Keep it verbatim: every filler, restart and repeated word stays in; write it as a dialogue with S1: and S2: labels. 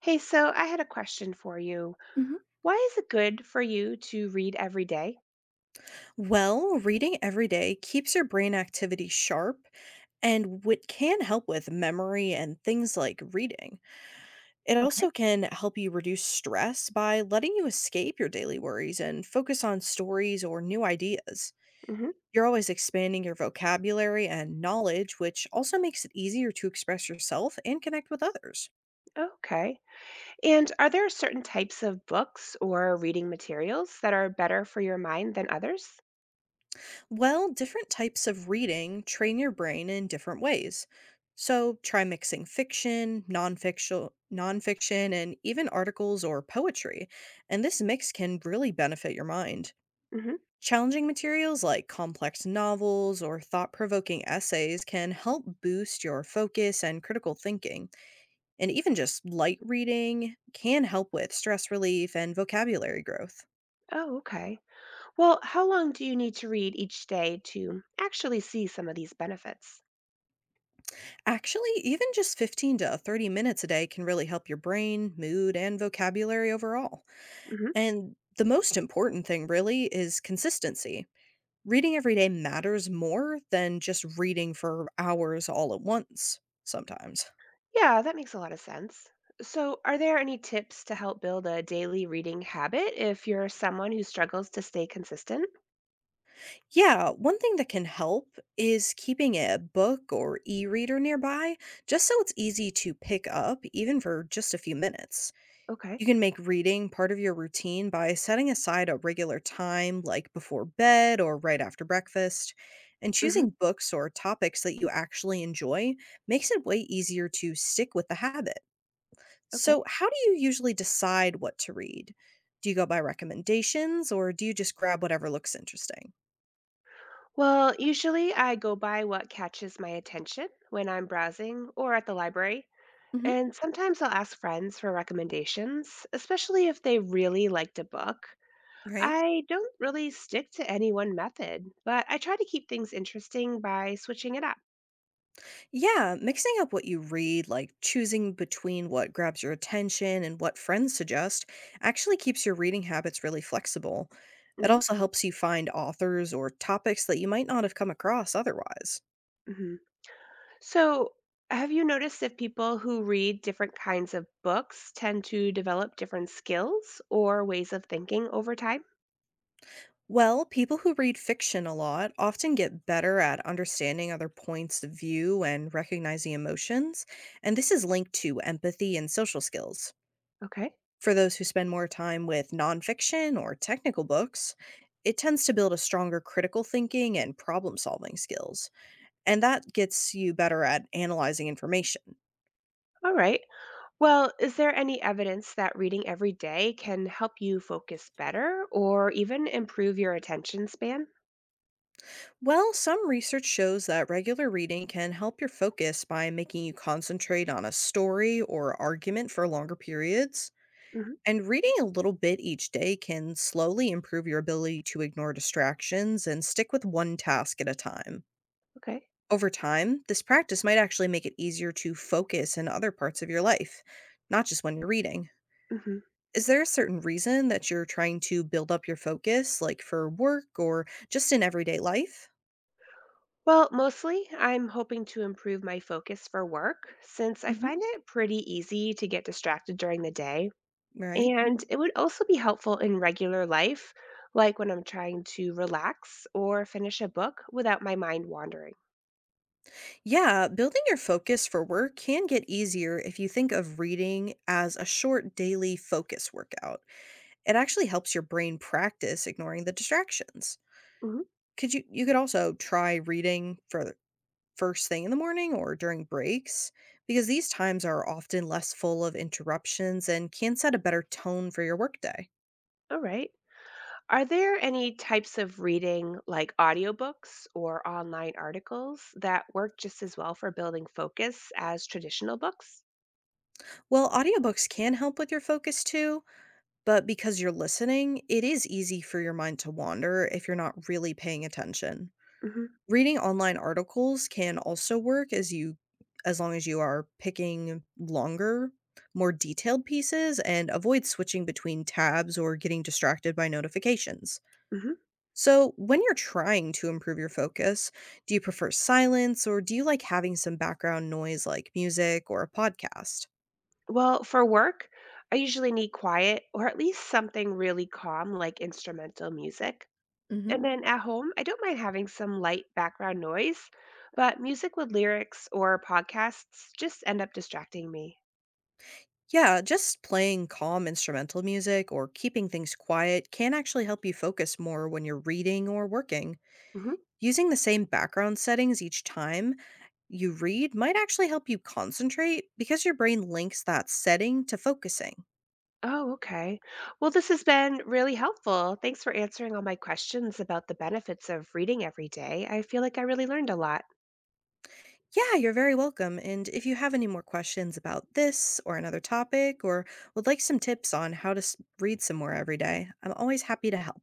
S1: Hey, so I had a question for you.
S2: Mhm.
S1: Why is it good for you to read every day?
S2: Well, reading every day keeps your brain activity sharp and what can help with memory and things like reading. It
S1: Okay.
S2: also can help you reduce stress by letting you escape your daily worries and focus on stories or new ideas.
S1: Hmm.
S2: You're always expanding your vocabulary and knowledge, which also makes it easier to express yourself and connect with others.
S1: Okay. And are there certain types of books or reading materials that are better for your mind than others?
S2: Well, different types of reading train your brain in different ways. So try mixing fiction, nonfiction, nonfiction, and even articles or poetry, and this mix can really benefit your mind.
S1: Hmm.
S2: Challenging materials like complex novels or thought provoking essays can help boost your focus and critical thinking. And even just light reading can help with stress relief and vocabulary growth.
S1: Oh, okay. Well, how long do you need to read each day to actually see some of these benefits?
S2: Actually, even just fifteen to thirty minutes a day can really help your brain, mood, and vocabulary overall.
S1: Hmm.
S2: And the most important thing, really, is consistency. Reading every day matters more than just reading for hours all at once, sometimes.
S1: Yeah, that makes a lot of sense. So, are there any tips to help build a daily reading habit if you're someone who struggles to stay consistent?
S2: Yeah, one thing that can help is keeping a book or e reader nearby, just so it's easy to pick up, even for just a few minutes.
S1: Okay.
S2: You can make reading part of your routine by setting aside a regular time, like before bed or right after breakfast. And
S1: Hmm.
S2: choosing books or topics that you actually enjoy makes it way easier to stick with the habit.
S1: Okay.
S2: So, how do you usually decide what to read? Do you go by recommendations or do you just grab whatever looks interesting?
S1: Well, usually I go by what catches my attention when I'm browsing or at the library,
S2: Hmm.
S1: and sometimes I'll ask friends for recommendations, especially if they really liked a book.
S2: Right?
S1: I don't really stick to any one method, but I try to keep things interesting by switching it up.
S2: Yeah, mixing up what you read, like choosing between what grabs your attention and what friends suggest, actually keeps your reading habits really flexible. It
S1: Hmm.
S2: also helps you find authors or topics that you might not have come across otherwise.
S1: Hmm. So, have you noticed if people who read different kinds of books tend to develop different skills or ways of thinking over time?
S2: Well, people who read fiction a lot often get better at understanding other points of view and recognizing emotions, and this is linked to empathy and social skills.
S1: Okay.
S2: For those who spend more time with nonfiction or technical books, it tends to build a stronger critical thinking and problem solving skills, and that gets you better at analyzing information.
S1: All right. Well, is there any evidence that reading every day can help you focus better or even improve your attention span?
S2: Well, some research shows that regular reading can help your focus by making you concentrate on a story or argument for longer periods.
S1: Hmm.
S2: And reading a little bit each day can slowly improve your ability to ignore distractions and stick with one task at a time.
S1: Okay.
S2: Over time, this practice might actually make it easier to focus in other parts of your life, not just when you're reading.
S1: Hmm.
S2: Is there a certain reason that you're trying to build up your focus, like for work or just in everyday life?
S1: Well, mostly I'm hoping to improve my focus for work since I
S2: Hmm.
S1: find it pretty easy to get distracted during the day.
S2: Right.
S1: And it would also be helpful in regular life, like when I'm trying to relax or finish a book without my mind wandering.
S2: Yeah, building your focus for work can get easier if you think of reading as a short daily focus workout. It actually helps your brain practice ignoring the distractions.
S1: Mhm.
S2: Could you you could also try reading for first thing in the morning or during breaks, because these times are often less full of interruptions and can set a better tone for your workday.
S1: All right. Are there any types of reading, like audiobooks or online articles, that work just as well for building focus as traditional books?
S2: Well, audiobooks can help with your focus too, but because you're listening, it is easy for your mind to wander if you're not really paying attention.
S1: Hmm.
S2: Reading online articles can also work as you as long as you are picking longer, more detailed pieces and avoid switching between tabs or getting distracted by notifications.
S1: Hmm.
S2: So, when you're trying to improve your focus, do you prefer silence or do you like having some background noise like music or a podcast?
S1: Well, for work, I usually need quiet or at least something really calm, like instrumental music. And
S2: Hmm.
S1: then at home, I don't mind having some light background noise, but music with lyrics or podcasts just end up distracting me.
S2: Yeah, just playing calm instrumental music or keeping things quiet can actually help you focus more when you're reading or working. Using the same background settings each time you read might actually help you concentrate because your brain links that setting to focusing.
S1: Oh, okay. Well, this has been really helpful. Thanks for answering all my questions about the benefits of reading every day. I feel like I really learned a lot.
S2: Yeah, you're very welcome. And if you have any more questions about this or another topic, or would like some tips on how to s- read some more every day, I'm always happy to help.